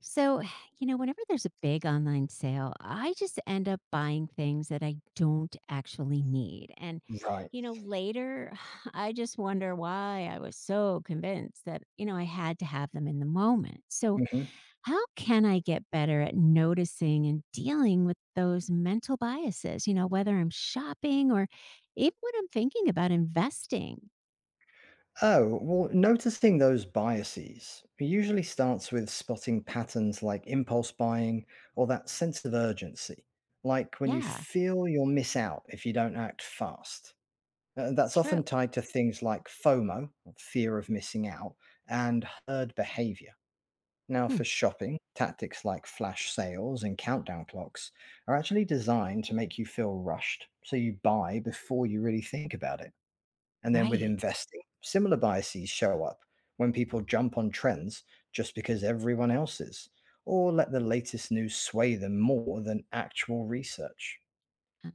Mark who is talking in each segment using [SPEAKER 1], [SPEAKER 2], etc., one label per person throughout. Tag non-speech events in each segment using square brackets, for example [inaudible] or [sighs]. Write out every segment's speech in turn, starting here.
[SPEAKER 1] So, [sighs] whenever there's a big online sale, I just end up buying things that I don't actually need. And,
[SPEAKER 2] Right.
[SPEAKER 1] later [sighs] I just wonder why I was so convinced that, I had to have them in the moment. So,
[SPEAKER 2] Hmm.
[SPEAKER 1] how can I get better at noticing and dealing with those mental biases, whether I'm shopping or even when I'm thinking about investing?
[SPEAKER 2] Oh, well, noticing those biases usually starts with spotting patterns like impulse buying or that sense of urgency, like when you
[SPEAKER 1] Yeah,
[SPEAKER 2] feel you'll miss out if you don't act fast. That's often
[SPEAKER 1] true.
[SPEAKER 2] tied to things like FOMO, or fear of missing out, and herd behavior. Now,
[SPEAKER 1] Hmm,
[SPEAKER 2] for shopping, tactics like flash sales and countdown clocks are actually designed to make you feel rushed, so you buy before you really think about it. And then with
[SPEAKER 1] right.
[SPEAKER 2] investing, similar biases show up when people jump on trends just because everyone else is, or let the latest news sway them more than actual research.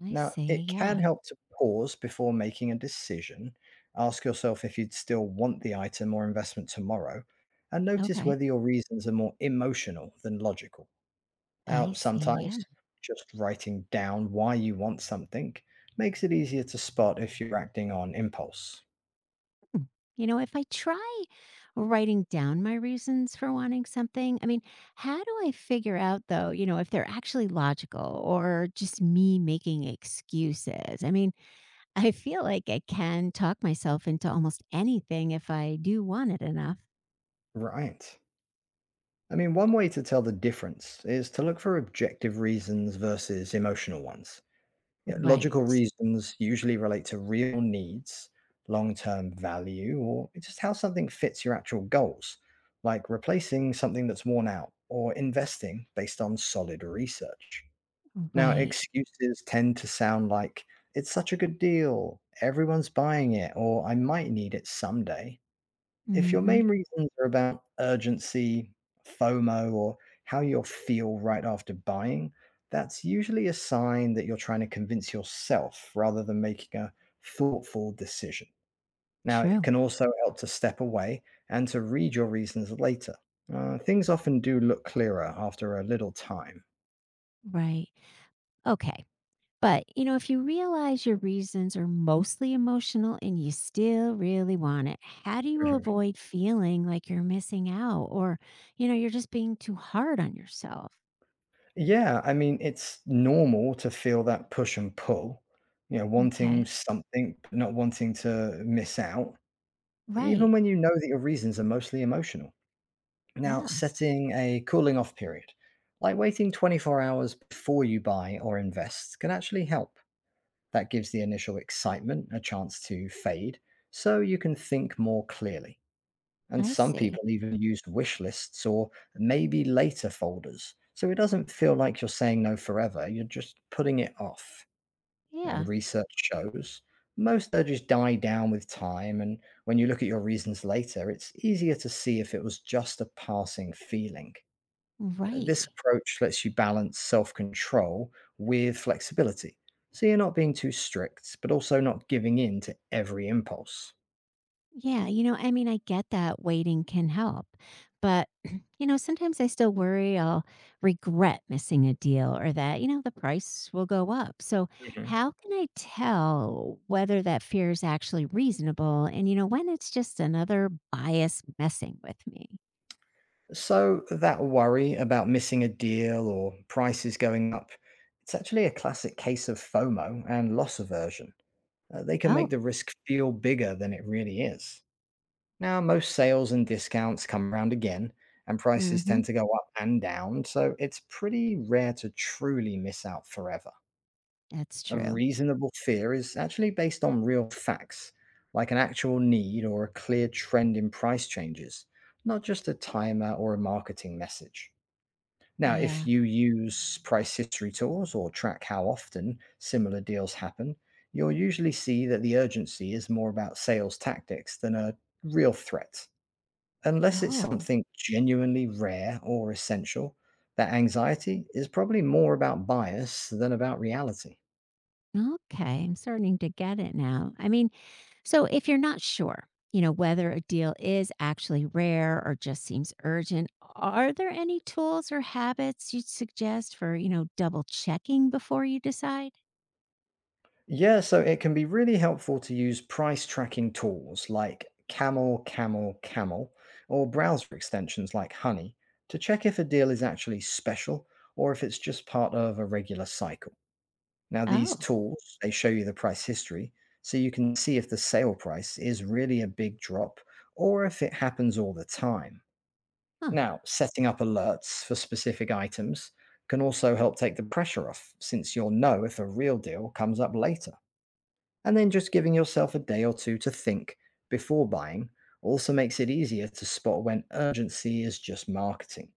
[SPEAKER 1] I
[SPEAKER 2] Now,
[SPEAKER 1] see.
[SPEAKER 2] it can
[SPEAKER 1] Yeah.
[SPEAKER 2] help to pause before making a decision. Ask yourself if you'd still want the item or investment tomorrow, and notice
[SPEAKER 1] Okay.
[SPEAKER 2] whether your reasons are more emotional than logical. Now,
[SPEAKER 1] I see.
[SPEAKER 2] sometimes
[SPEAKER 1] Yeah.
[SPEAKER 2] just writing down why you want something makes it easier to spot if you're acting on impulse.
[SPEAKER 1] Hmm, if I try writing down my reasons for wanting something, I mean, how do I figure out though, if they're actually logical or just me making excuses? I mean, [laughs] I feel like I can talk myself into almost anything if I do want it enough.
[SPEAKER 2] Right. I mean, one way to tell the difference is to look for objective reasons versus emotional ones. Yeah, logical
[SPEAKER 1] Right.
[SPEAKER 2] reasons usually relate to real needs, long term value, or just how something fits your actual goals, like replacing something that's worn out or investing based on solid research. Now,
[SPEAKER 1] Right.
[SPEAKER 2] excuses tend to sound like, it's such a good deal, everyone's buying it, or I might need it someday. If your
[SPEAKER 1] Mhm.
[SPEAKER 2] main reasons are about urgency, FOMO, or how you'll feel right after buying, that's usually a sign that you're trying to convince yourself rather than making a thoughtful decision. Now, it
[SPEAKER 1] True.
[SPEAKER 2] can also help to step away and to read your reasons later. Things often do look clearer after a little time.
[SPEAKER 1] Right. Okay. But, if you realize your reasons are mostly emotional and you still really want it, how do you
[SPEAKER 2] Mhm.
[SPEAKER 1] avoid feeling like you're missing out or, you're just being too hard on yourself?
[SPEAKER 2] Yeah, I mean, it's normal to feel that push and pull, you know, wanting
[SPEAKER 1] Okay.
[SPEAKER 2] something, but not wanting to miss out, even
[SPEAKER 1] Right.
[SPEAKER 2] when you know that your reasons are mostly emotional. Now,
[SPEAKER 1] Yeah.
[SPEAKER 2] setting a cooling off period, like waiting 24 hours before you buy or invest, can actually help. That gives the initial excitement a chance to fade so you can think more clearly. And
[SPEAKER 1] I
[SPEAKER 2] some
[SPEAKER 1] see.
[SPEAKER 2] people even use wish lists or maybe later folders. So it doesn't feel like you're saying no forever, you're just putting it off.
[SPEAKER 1] Yeah.
[SPEAKER 2] Research shows, most urges die down with time, and when you look at your reasons later, it's easier to see if it was just a passing feeling. This
[SPEAKER 1] Right.
[SPEAKER 2] approach lets you balance self control with flexibility. So you're not being too strict, but also not giving in to every impulse.
[SPEAKER 1] Yeah, I mean, I get that waiting can help, but [clears throat] sometimes I still worry I'll regret missing a deal or that, the price will go up. So,
[SPEAKER 2] Hmm.
[SPEAKER 1] how can I tell whether that fear is actually reasonable and, when it's just another bias messing with me?
[SPEAKER 2] So that worry about missing a deal or prices going up, it's actually a classic case of FOMO and loss aversion. They can make
[SPEAKER 1] Oh,
[SPEAKER 2] the risk feel bigger than it really is. Now, most sales and discounts come around again, and prices
[SPEAKER 1] mm-hmm.
[SPEAKER 2] tend to go up and down, so it's pretty rare to truly miss out forever.
[SPEAKER 1] That's
[SPEAKER 2] A
[SPEAKER 1] true.
[SPEAKER 2] reasonable fear is actually based on real facts, like an actual need or a clear trend in price changes, not just a timer or a marketing message. Now, if
[SPEAKER 1] Yeah.
[SPEAKER 2] you use price history tools or track how often similar deals happen, you'll usually see that the urgency is more about sales tactics than a real threat. Unless it's
[SPEAKER 1] Oh,
[SPEAKER 2] something genuinely rare or essential, that anxiety is probably more about bias than about reality.
[SPEAKER 1] okay. I'm starting to get it now. I mean, so if you're not sure, whether a deal is actually rare or just seems urgent, are there any tools or habits you'd suggest for, double checking before you decide?
[SPEAKER 2] Yeah, so it can be really helpful to use price tracking tools like Camel, Camel, Camel, or browser extensions like Honey to check if a deal is actually special or if it's just part of a regular cycle. Now, these
[SPEAKER 1] Oh,
[SPEAKER 2] tools, they show you the price history, so you can see if the sale price is really a big drop or if it happens all the time.
[SPEAKER 1] huh.
[SPEAKER 2] Now, setting up alerts for specific items can also help take the pressure off, since you'll know if a real deal comes up later. And then just giving yourself a day or two to think before buying also makes it easier to spot when urgency is just marketing.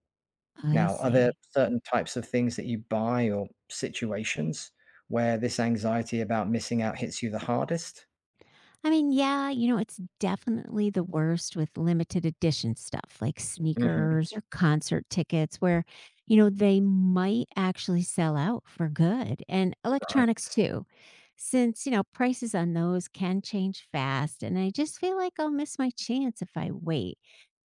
[SPEAKER 1] I
[SPEAKER 2] Now, are there
[SPEAKER 1] see.
[SPEAKER 2] certain types of things that you buy or situations where this anxiety about missing out hits you the hardest?
[SPEAKER 1] I mean, yeah, it's definitely the worst with limited edition stuff like
[SPEAKER 2] Hmm.
[SPEAKER 1] sneakers or concert tickets where, they might actually sell out for good, and
[SPEAKER 2] Right.
[SPEAKER 1] electronics too, since, prices on those can change fast. And I just feel like I'll miss my chance if I wait.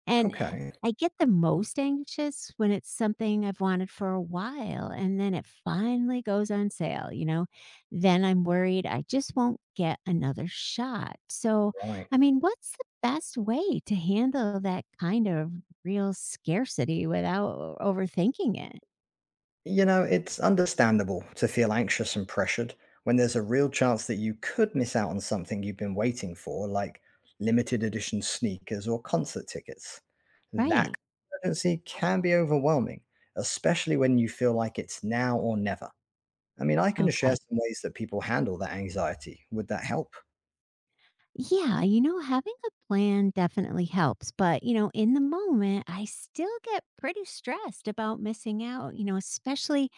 [SPEAKER 1] And
[SPEAKER 2] Okay.
[SPEAKER 1] I get the most anxious when it's something I've wanted for a while and then it finally goes on sale, you know? Then I'm worried I just won't get another shot. So,
[SPEAKER 2] Right.
[SPEAKER 1] I mean, what's the best way to handle that kind of real scarcity without overthinking it?
[SPEAKER 2] You know, it's understandable to feel anxious and pressured when there's a real chance that you could miss out on something you've been waiting for, like limited edition sneakers or concert tickets. That
[SPEAKER 1] Right.
[SPEAKER 2] urgency can be overwhelming, especially when you feel like it's now or never. I mean, I can share
[SPEAKER 1] Okay.
[SPEAKER 2] some ways that people handle that anxiety. Would that help?
[SPEAKER 1] Yeah, having a plan definitely helps. But, in the moment, I still get pretty stressed about missing out, especially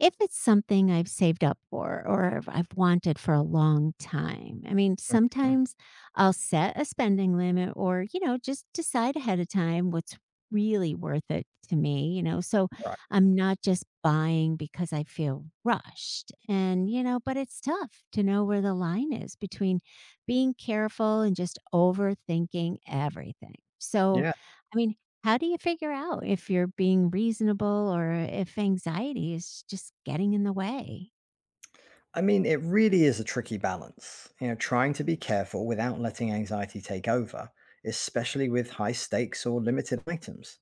[SPEAKER 1] if it's something I've saved up for or if I've wanted for a long time, I mean,
[SPEAKER 2] Mm.
[SPEAKER 1] sometimes I'll set a spending limit or, just decide ahead of time what's really worth it to me, so
[SPEAKER 2] Right.
[SPEAKER 1] I'm not just buying because I feel rushed. And, but it's tough to know where the line is between being careful and just overthinking everything. So,
[SPEAKER 2] Yeah,
[SPEAKER 1] I mean, how do you figure out if you're being reasonable or if anxiety is just getting in the way?
[SPEAKER 2] I mean, it really is a tricky balance. You know, trying to be careful without letting anxiety take over, especially with high stakes or limited items.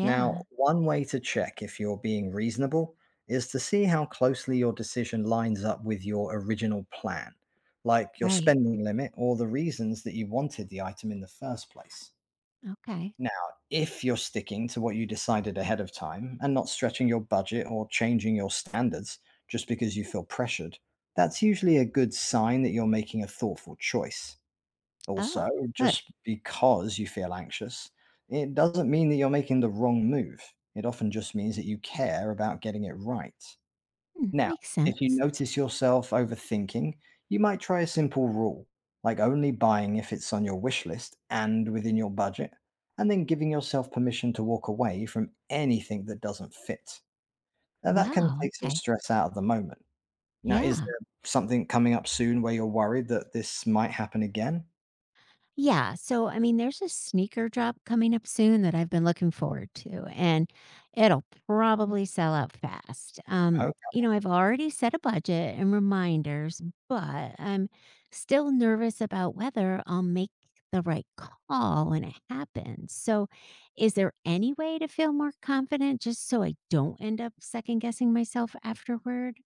[SPEAKER 2] Now, one way to check if you're being reasonable is to see how closely your decision lines up with your original plan, like your
[SPEAKER 1] right.
[SPEAKER 2] spending limit or the reasons that you wanted the item in the first place.
[SPEAKER 1] Okay.
[SPEAKER 2] Now, if you're sticking to what you decided ahead of time and not stretching your budget or changing your standards just because you feel pressured, that's usually a good sign that you're making a thoughtful choice. Also,
[SPEAKER 1] Oh, good.
[SPEAKER 2] just because you feel anxious, it doesn't mean that you're making the wrong move. It often just means that you care about getting it right. Now,
[SPEAKER 1] Makes
[SPEAKER 2] if you
[SPEAKER 1] sense.
[SPEAKER 2] notice yourself overthinking, you might try a simple rule, like only buying if it's on your wish list and within your budget, and then giving yourself permission to walk away from anything that doesn't fit. Now, that can
[SPEAKER 1] Wow.
[SPEAKER 2] take some
[SPEAKER 1] Okay.
[SPEAKER 2] stress out of the moment. Now, is
[SPEAKER 1] Yeah.
[SPEAKER 2] there something coming up soon where you're worried that this might happen again?
[SPEAKER 1] Yeah, so I mean, there's a sneaker drop coming up soon that I've been looking forward to, and it'll probably sell out fast. I've already set a budget and reminders, but I'm still nervous about whether I'll make the right call when it happens. So, is there any way to feel more confident just so I don't end up second guessing myself afterward?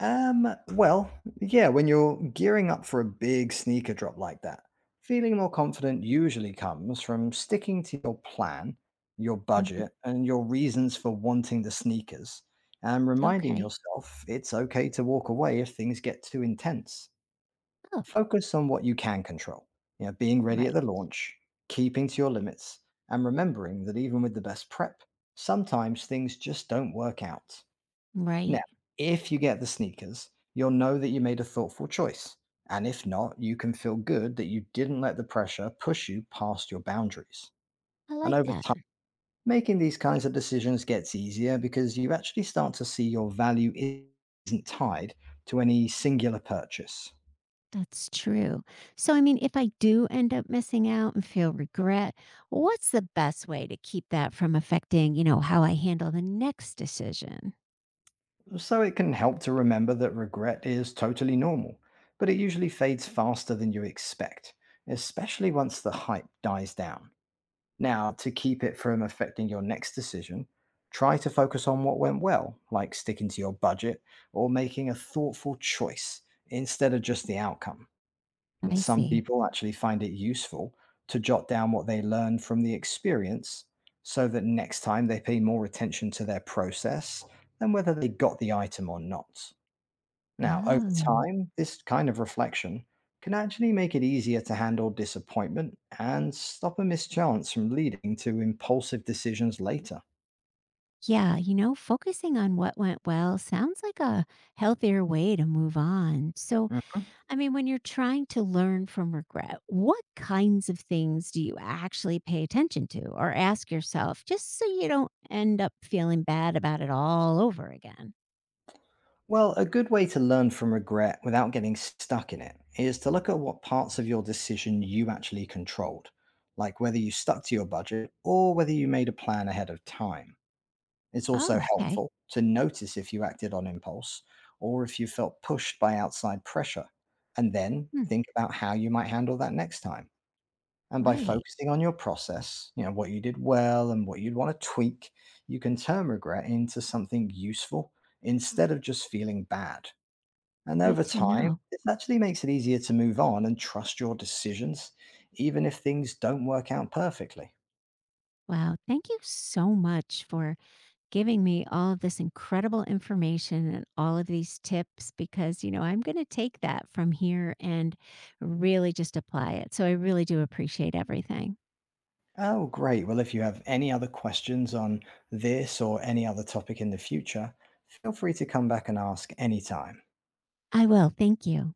[SPEAKER 2] Um, well, yeah, when you're gearing up for a big sneaker drop like that, feeling more confident usually comes from sticking to your plan, your
[SPEAKER 1] Mhm.
[SPEAKER 2] budget, and your reasons for wanting the sneakers, and reminding
[SPEAKER 1] Okay.
[SPEAKER 2] yourself it's okay to walk away if things get too intense.
[SPEAKER 1] Oh,
[SPEAKER 2] Focus on what you can control, you know, being ready at
[SPEAKER 1] right.
[SPEAKER 2] the launch, keeping to your limits, and remembering that even with the best prep, sometimes things just don't work out. Now,
[SPEAKER 1] Right.
[SPEAKER 2] if you get the sneakers, you'll know that you made a thoughtful choice. And if not, you can feel good that you didn't let the pressure push you past your boundaries.
[SPEAKER 1] I
[SPEAKER 2] And
[SPEAKER 1] like
[SPEAKER 2] over
[SPEAKER 1] that.
[SPEAKER 2] time, making these kinds of decisions gets easier because you actually start to see your value isn't tied to any singular purchase.
[SPEAKER 1] That's true. So, I mean, if I do end up missing out and feel regret, what's the best way to keep that from affecting, how I handle the next decision?
[SPEAKER 2] So it can help to remember that regret is totally normal, but it usually fades faster than you expect, especially once the hype dies down. Now, to keep it from affecting your next decision, try to focus on what went well, like sticking to your budget or making a thoughtful choice instead of just the outcome. And
[SPEAKER 1] I
[SPEAKER 2] some
[SPEAKER 1] see.
[SPEAKER 2] people actually find it useful to jot down what they learned from the experience so that next time they pay more attention to their process than whether they got the item or not. Now, over
[SPEAKER 1] Oh,
[SPEAKER 2] time, this kind of reflection can actually make it easier to handle disappointment and stop a mischance from leading to impulsive decisions later.
[SPEAKER 1] yeah. Focusing on what went well sounds like a healthier way to move on. So,
[SPEAKER 2] Mhm.
[SPEAKER 1] I mean, when you're trying to learn from regret, what kinds of things do you actually pay attention to or ask yourself just so you don't end up feeling bad about it all over again?
[SPEAKER 2] Well, a good way to learn from regret without getting stuck in it is to look at what parts of your decision you actually controlled, like whether you stuck to your budget or whether you made a plan ahead of time. It's also
[SPEAKER 1] Oh, okay.
[SPEAKER 2] helpful to notice if you acted on impulse or if you felt pushed by outside pressure, and then
[SPEAKER 1] Hmm,
[SPEAKER 2] think about how you might handle that next time. And by
[SPEAKER 1] right.
[SPEAKER 2] focusing on your process, you know, what you did well and what you'd want to tweak, you can turn regret into something useful instead of just feeling bad. And
[SPEAKER 1] Good
[SPEAKER 2] over
[SPEAKER 1] to
[SPEAKER 2] time,
[SPEAKER 1] know.
[SPEAKER 2] this actually makes it easier to move on and trust your decisions, even if things don't work out perfectly.
[SPEAKER 1] Wow. Thank you so much for giving me all of this incredible information and all of these tips because, I'm going to take that from here and really just apply it. So I really do appreciate everything.
[SPEAKER 2] Oh, great. Well, if you have any other questions on this or any other topic in the future, feel free to come back and ask anytime.
[SPEAKER 1] I will. Thank you.